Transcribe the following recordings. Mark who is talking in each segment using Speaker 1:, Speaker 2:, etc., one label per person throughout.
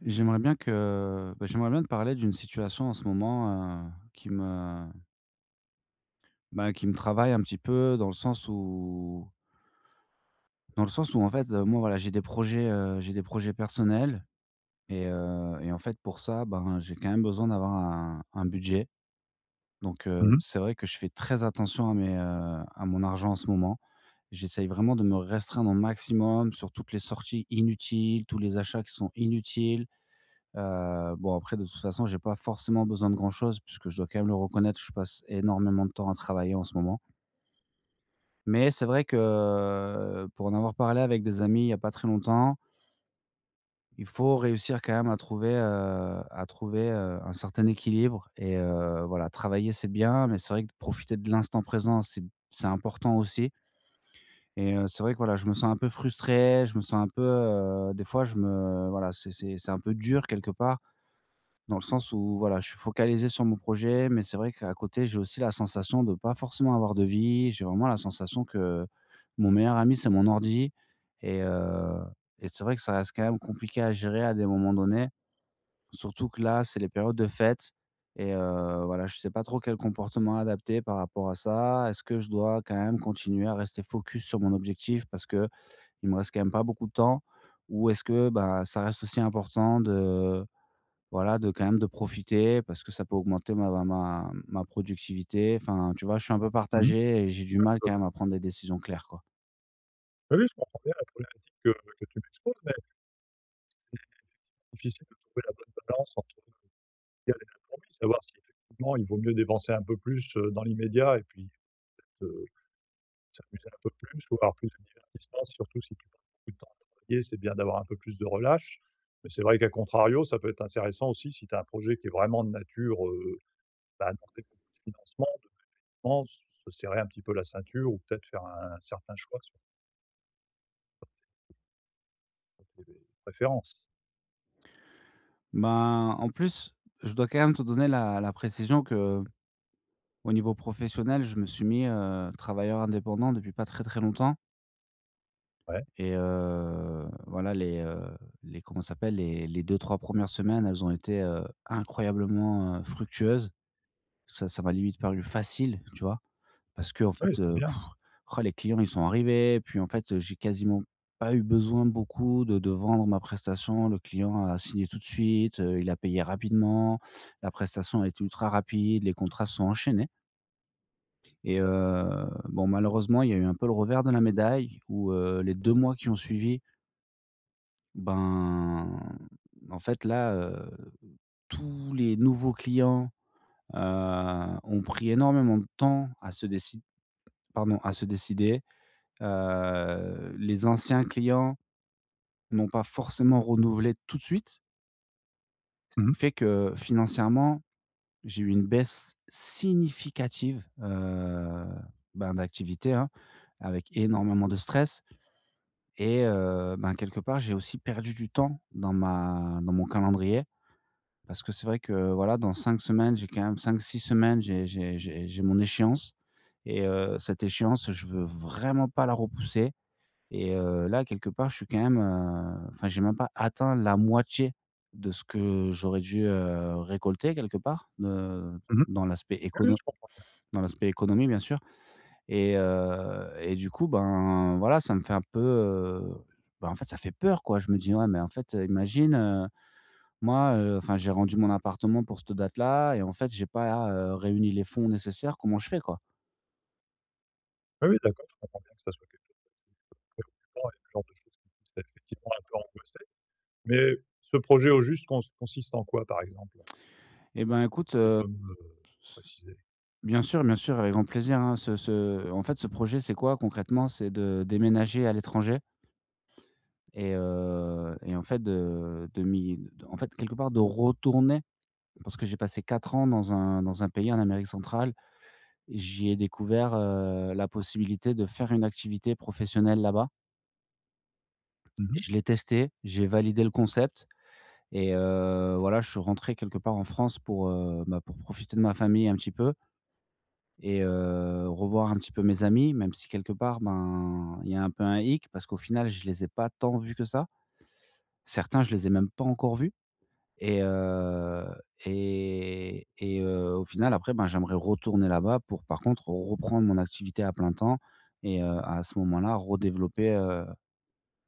Speaker 1: J'aimerais bien te parler d'une situation en ce moment, qui me travaille un petit peu dans le sens où en fait, moi, voilà, j'ai des projets personnels. Et en fait, pour ça, ben, j'ai quand même besoin d'avoir un budget. Donc,
Speaker 2: Mmh mh.
Speaker 1: c'est vrai que je fais très attention à mon argent en ce moment. J'essaye vraiment de me restreindre au maximum sur toutes les sorties inutiles, tous les achats qui sont inutiles. Bon, après, de toute façon, j'ai pas forcément besoin de grand-chose puisque je dois quand même le reconnaître, je passe énormément de temps à travailler en ce moment. Mais c'est vrai que, pour en avoir parlé avec des amis il y a pas très longtemps, il faut réussir quand même à trouver un certain équilibre. Voilà, travailler, c'est bien, mais c'est vrai que profiter de l'instant présent, c'est important aussi. Et c'est vrai que, voilà, je me sens un peu frustré, je me sens un peu, des fois je me voilà, c'est un peu dur quelque part. Dans le sens où, voilà, je suis focalisé sur mon projet, mais c'est vrai qu'à côté, j'ai aussi la sensation de pas forcément avoir de vie. J'ai vraiment la sensation que mon meilleur ami, c'est mon ordi. Et heu et c'est vrai que ça reste quand même compliqué à gérer à des moments donnés. Surtout que là, c'est les périodes de fête. Et voilà, je sais pas trop quel comportement adapter par rapport à ça. Est-ce que je dois quand même continuer à rester focus sur mon objectif parce que il me reste quand même pas beaucoup de temps? Ou est-ce que, bah, ça reste aussi important de, voilà, de quand même de profiter parce que ça peut augmenter ma productivité. Enfin, tu vois, je suis un peu
Speaker 2: Mmh mh.
Speaker 1: partagé et j'ai du mal
Speaker 2: Je
Speaker 1: quand même à prendre des décisions claires, quoi.
Speaker 2: Oui, oui, je comprends bien la problématique que tu m'exposes, mais c'est difficile de trouver la bonne balance entre le l'idéal et l'improvis, savoir si effectivement il vaut mieux dépenser un peu plus, dans l'immédiat et puis, heu, s'amuser un peu plus ou avoir plus de divertissement, surtout si tu passes beaucoup de temps à travailler, c'est bien d'avoir un peu plus de relâche. Mais c'est vrai qu'à contrario, ça peut être intéressant aussi si tu as un projet qui est vraiment de nature, bah, à demander beaucoup de financement, de vraiment se serrer un petit peu la ceinture ou peut-être faire un certain choix sur tes préférences.
Speaker 1: Ben, en plus, je dois quand même te donner la précision que au niveau professionnel, je me suis mis, travailleur indépendant depuis pas très, très longtemps.
Speaker 2: Ouais,
Speaker 1: Et voilà les comment ça s'appelle? Les deux trois premières semaines, elles ont été, incroyablement, fructueuses. Ça m'a limite paru facile, tu vois? Parce que en
Speaker 2: ouais,
Speaker 1: fait,
Speaker 2: c'est bien.
Speaker 1: oh, les clients ils sont arrivés, puis en fait, j'ai quasiment pas eu besoin beaucoup de vendre ma prestation. Le client a signé tout de suite, il a payé rapidement, la prestation a été ultra rapide, les contrats se sont enchaînés. Et bon, malheureusement, il y a eu un peu le revers de la médaille où, les 2 mois qui ont suivi, ben, en fait là, tous les nouveaux clients, heu, ont pris énormément de temps à se décid pardon, à se décider. Les anciens clients n'ont pas forcément renouvelé tout de suite, ce
Speaker 2: Mmh
Speaker 1: qui
Speaker 2: mh.
Speaker 1: fait que financièrement, j'ai eu une baisse significative, ben, d'activité, hein, avec énormément de stress. Et ben, quelque part, j'ai aussi perdu du temps dans ma dans mon calendrier parce que c'est vrai que, voilà, dans 5 semaines, j'ai quand même cinq six semaines, j'ai mon échéance. Et cette échéance, je veux vraiment pas la repousser. Et là, quelque part, je suis quand même, enfin, j'ai même pas atteint la moitié de ce que j'aurais dû, récolter quelque part,
Speaker 2: Mmh mh.
Speaker 1: dans l'aspect
Speaker 2: Oui, oui,
Speaker 1: écono
Speaker 2: je comprends bien.
Speaker 1: dans l'aspect économie, bien sûr. Et du coup, ben, voilà, ça me fait un peu, bah, en fait, ça fait peur, quoi. Je me dis: «Ouais, mais en fait, imagine, moi, enfin, j'ai rendu mon appartement pour cette date-là et en fait, j'ai pas, réuni les fonds nécessaires. Comment je fais, quoi?»
Speaker 2: Oui, oui, d'accord, je comprends bien que ça soit quelque chose d'assez, préoccupant et le genre de choses qui puisse effectivement un peu angoisser. Mais ce projet au juste consiste en quoi, par exemple?
Speaker 1: Eh ben, écoute,
Speaker 2: Tu peux me préciser?
Speaker 1: bien sûr, bien sûr, avec grand plaisir, hein. Ce ce En fait, ce projet, c'est quoi concrètement? C'est de déménager à l'étranger. Et en fait de en fait, quelque part, de retourner parce que j'ai passé 4 ans dans un pays en Amérique centrale. J'y ai découvert, la possibilité de faire une activité professionnelle là-bas.
Speaker 2: Mmh mh.
Speaker 1: Je l'ai testé, j'ai validé le concept. Et voilà, je suis rentré quelque part en France pour, bah, pour profiter de ma famille un petit peu et revoir un petit peu mes amis, même si quelque part, ben, il y a un peu un hic parce qu'au final, je les ai pas tant vus que ça. Certains, je les ai même pas encore vus. Et heu et et heu, au final, après, ben, j'aimerais retourner là-bas pour, par contre, reprendre mon activité à plein temps et, à ce moment-là, redévelopper,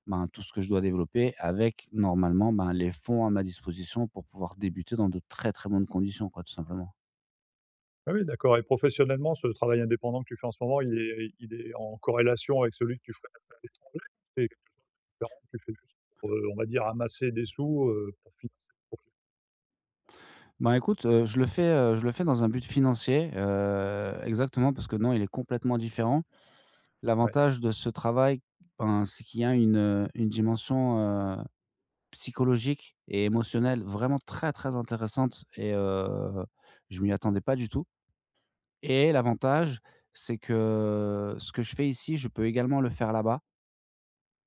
Speaker 1: ben, tout ce que je dois développer avec, normalement, ben, les fonds à ma disposition pour pouvoir débuter dans de très, très bonnes conditions, quoi, tout simplement.
Speaker 2: Oui, oui, d'accord, et professionnellement, ce travail indépendant que tu fais en ce moment, il est en corrélation avec celui que tu ferais à l'étranger? C'est quelque chose de différent que tu fais juste pour, on va dire, amasser des sous, pour financer le projet?
Speaker 1: Ben, écoute, je le fais dans un but financier, exactement, parce que non, il est complètement différent.
Speaker 2: Ouais.
Speaker 1: L'avantage de ce travail, ben, c'est qu'il y a une dimension, psychologique et émotionnelle vraiment très, très intéressante. Et je m'y attendais pas du tout. Et l'avantage, c'est que, ce que je fais ici, je peux également le faire là-bas.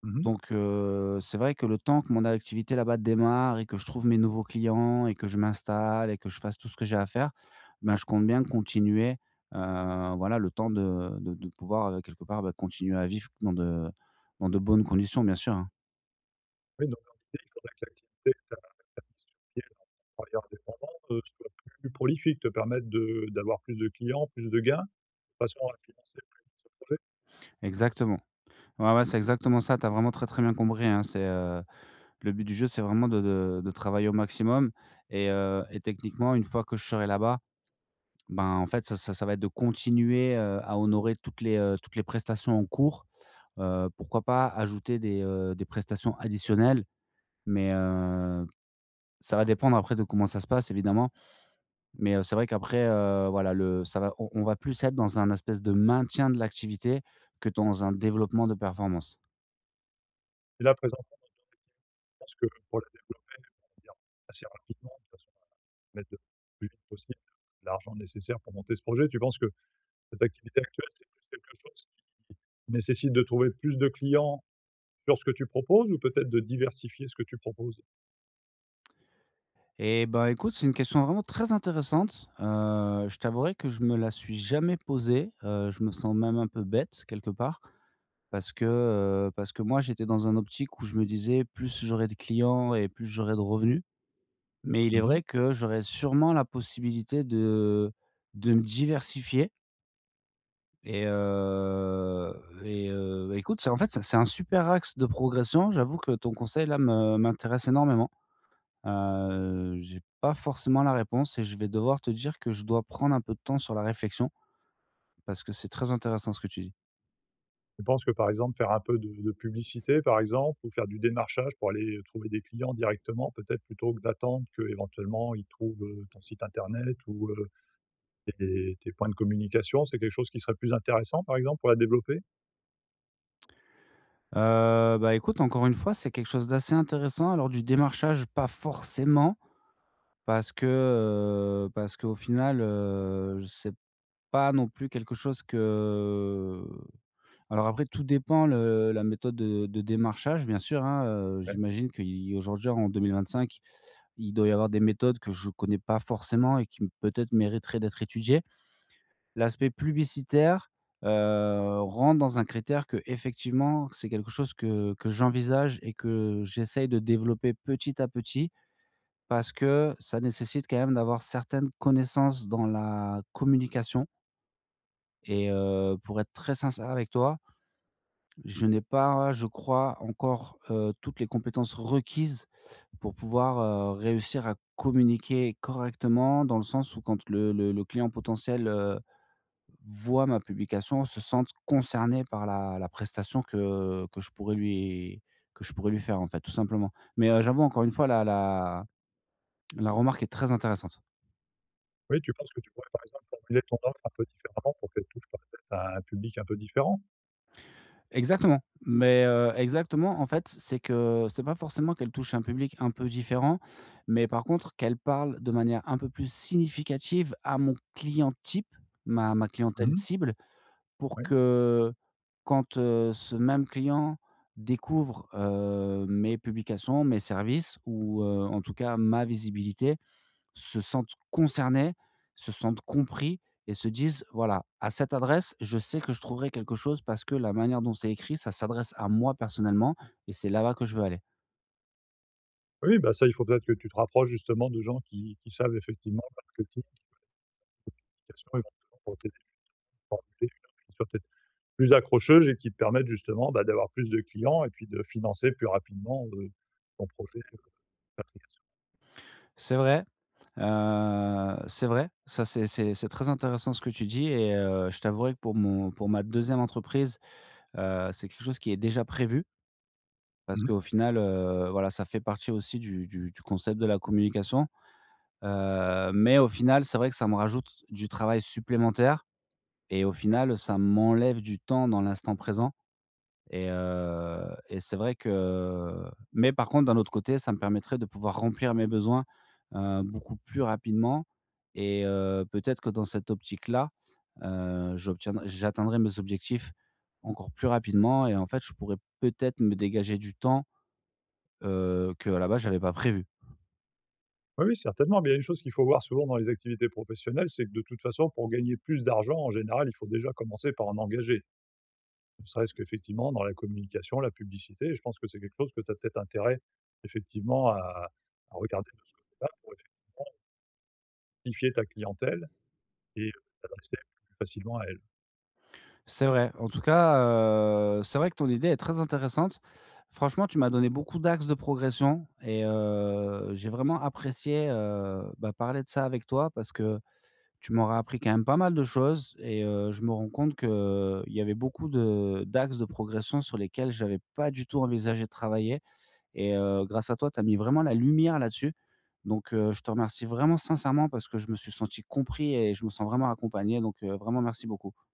Speaker 2: Mmh mh.
Speaker 1: Donc, c'est vrai que le temps que mon activité là-bas démarre et que je trouve mes nouveaux clients et que je m'installe et que je fasse tout ce que j'ai à faire, ben, je compte bien continuer, voilà, le temps de pouvoir, quelque part, bah, continuer à vivre dans de bonnes conditions, bien sûr, hein.
Speaker 2: Oui, donc dans l'idée, il faudrait que l'activité que tu as mise sur pied dans ton travail indépendant, soit plus prolifique, te permette de d'avoir plus de clients, plus de gains, de façon à financer plus ce projet.
Speaker 1: Exactement. Ouais, ouais, c'est exactement ça, tu as vraiment très, très bien compris, hein. C'est, le but du jeu, c'est vraiment de travailler au maximum. Et techniquement, une fois que je serai là-bas. Ben, en fait, ça va être de continuer, à honorer toutes les prestations en cours. Pourquoi pas ajouter des prestations additionnelles, mais, ça va dépendre après de comment ça se passe, évidemment. Mais, c'est vrai qu'après, voilà, le ça va, on va plus être dans un espèce de maintien de l'activité que dans un développement de performance.
Speaker 2: Et là, présentement, dans ton activité, je pense que pour la développer, on va dire assez rapidement, de façon à mettre le plus vite possible l'argent nécessaire pour monter ce projet, tu penses que cette activité actuelle, c'est plus quelque chose qui nécessite de trouver plus de clients sur ce que tu proposes ou peut-être de diversifier ce que tu proposes?
Speaker 1: Et ben, écoute, c'est une question vraiment très intéressante. Je t'avouerai que je me la suis jamais posée, je me sens même un peu bête quelque part. Parce que, parce que moi, j'étais dans un optique où je me disais: «Plus j'aurai de clients et plus j'aurai de revenus». Mais il est
Speaker 2: Mmh.
Speaker 1: vrai que j'aurais sûrement la possibilité de me diversifier. Et heu et heu, écoute, c'est, en fait, c'est un super axe de progression. J'avoue que ton conseil là me m'intéresse énormément. J'ai pas forcément la réponse et je vais devoir te dire que je dois prendre un peu de temps sur la réflexion parce que c'est très intéressant ce que tu dis.
Speaker 2: Je pense que, par exemple, faire un peu de publicité, par exemple, ou faire du démarchage pour aller trouver des clients directement, peut-être plutôt que d'attendre qu'éventuellement ils trouvent, ton site internet ou, tes tes points de communication, c'est quelque chose qui serait plus intéressant, par exemple, pour la développer?
Speaker 1: Bah, écoute, encore une fois, c'est quelque chose d'assez intéressant. Alors du démarchage, pas forcément parce que, parce qu'au final, c'est pas non plus quelque chose que, alors, après, tout dépend le la méthode de démarchage, bien sûr, hein.
Speaker 2: Ouais.
Speaker 1: J'imagine qu'aujourd'hui, en 2025, il doit y avoir des méthodes que je connais pas forcément et qui peut-être mériteraient d'être étudiées. L'aspect publicitaire, rentre dans un critère que, effectivement, c'est quelque chose que j'envisage et que j'essaye de développer petit à petit parce que ça nécessite quand même d'avoir certaines connaissances dans la communication. Et, pour être très sincère avec toi, je n'ai pas, je crois, encore, toutes les compétences requises pour pouvoir, réussir à communiquer correctement dans le sens où quand le client potentiel, voit ma publication, se sente concerné par la prestation que je pourrais lui faire, en fait, tout simplement. Mais, j'avoue encore une fois la remarque est très intéressante.
Speaker 2: Oui, tu penses que tu pourrais, par exemple, formuler ton offre un peu différemment pour qu'elle touche peut-être à un public un peu différent?
Speaker 1: Exactement, mais, exactement, en fait, c'est que c'est pas forcément qu'elle touche un public un peu différent, mais par contre qu'elle parle de manière un peu plus significative à mon client type, ma clientèle
Speaker 2: Mmh.
Speaker 1: cible. Pour
Speaker 2: Oui.
Speaker 1: que quand, ce même client découvre, mes publications, mes services ou, en tout cas ma visibilité, se sente concerné, se sente compris et se dise: «Voilà, à cette adresse, je sais que je trouverai quelque chose parce que la manière dont c'est écrit, ça s'adresse à moi personnellement et c'est là-bas que je veux aller».
Speaker 2: Oui, bah, ça, il faut peut-être que tu te rapproches justement de gens qui savent effectivement le marketing, communication, éventuellement pour t'aider à formuler une offre qui soit peut-être plus accrocheuses et qui te permettent justement, bah, d'avoir plus de clients et puis de financer plus rapidement, ton projet, d'application.
Speaker 1: C'est vrai, ça, c'est très intéressant ce que tu dis. Et je t'avouerai que pour ma deuxième entreprise, c'est quelque chose qui est déjà prévu. Parce
Speaker 2: Mmh.
Speaker 1: qu'au final, voilà, ça fait partie aussi du concept de la communication, mais au final, c'est vrai que ça me rajoute du travail supplémentaire et, au final, ça m'enlève du temps dans l'instant présent. Et c'est vrai que, mais par contre, d'un autre côté, ça me permettrait de pouvoir remplir mes besoins, beaucoup plus rapidement et, peut-être que dans cette optique-là, j'atteindrai mes objectifs encore plus rapidement et, en fait, je pourrais peut-être me dégager du temps Que qu'à la base, j'avais pas prévu.
Speaker 2: Oui, oui, certainement, mais il y a une chose qu'il faut voir souvent dans les activités professionnelles, c'est que de toute façon, pour gagner plus d'argent, en général, il faut déjà commencer par en engager. Ne serait-ce qu'effectivement dans la communication, la publicité, et je pense que c'est quelque chose que tu as peut-être intérêt, effectivement, à regarder de ce côté-là pour effectivement, identifier ta clientèle et, t'adresser plus facilement à elle.
Speaker 1: C'est vrai. En tout cas, c'est vrai que ton idée est très intéressante. Franchement, tu m'as donné beaucoup d'axes de progression et j'ai vraiment apprécié, bah, parler de ça avec toi parce que tu m'auras appris quand même pas mal de choses. Et je me rends compte qu'il y avait beaucoup de d'axes de progression sur lesquels je n'avais pas du tout envisagé de travailler. Et, grâce à toi, tu as mis vraiment la lumière là-dessus. Donc, je te remercie vraiment sincèrement parce que je me suis senti compris et je me sens vraiment accompagné. Donc, vraiment merci beaucoup.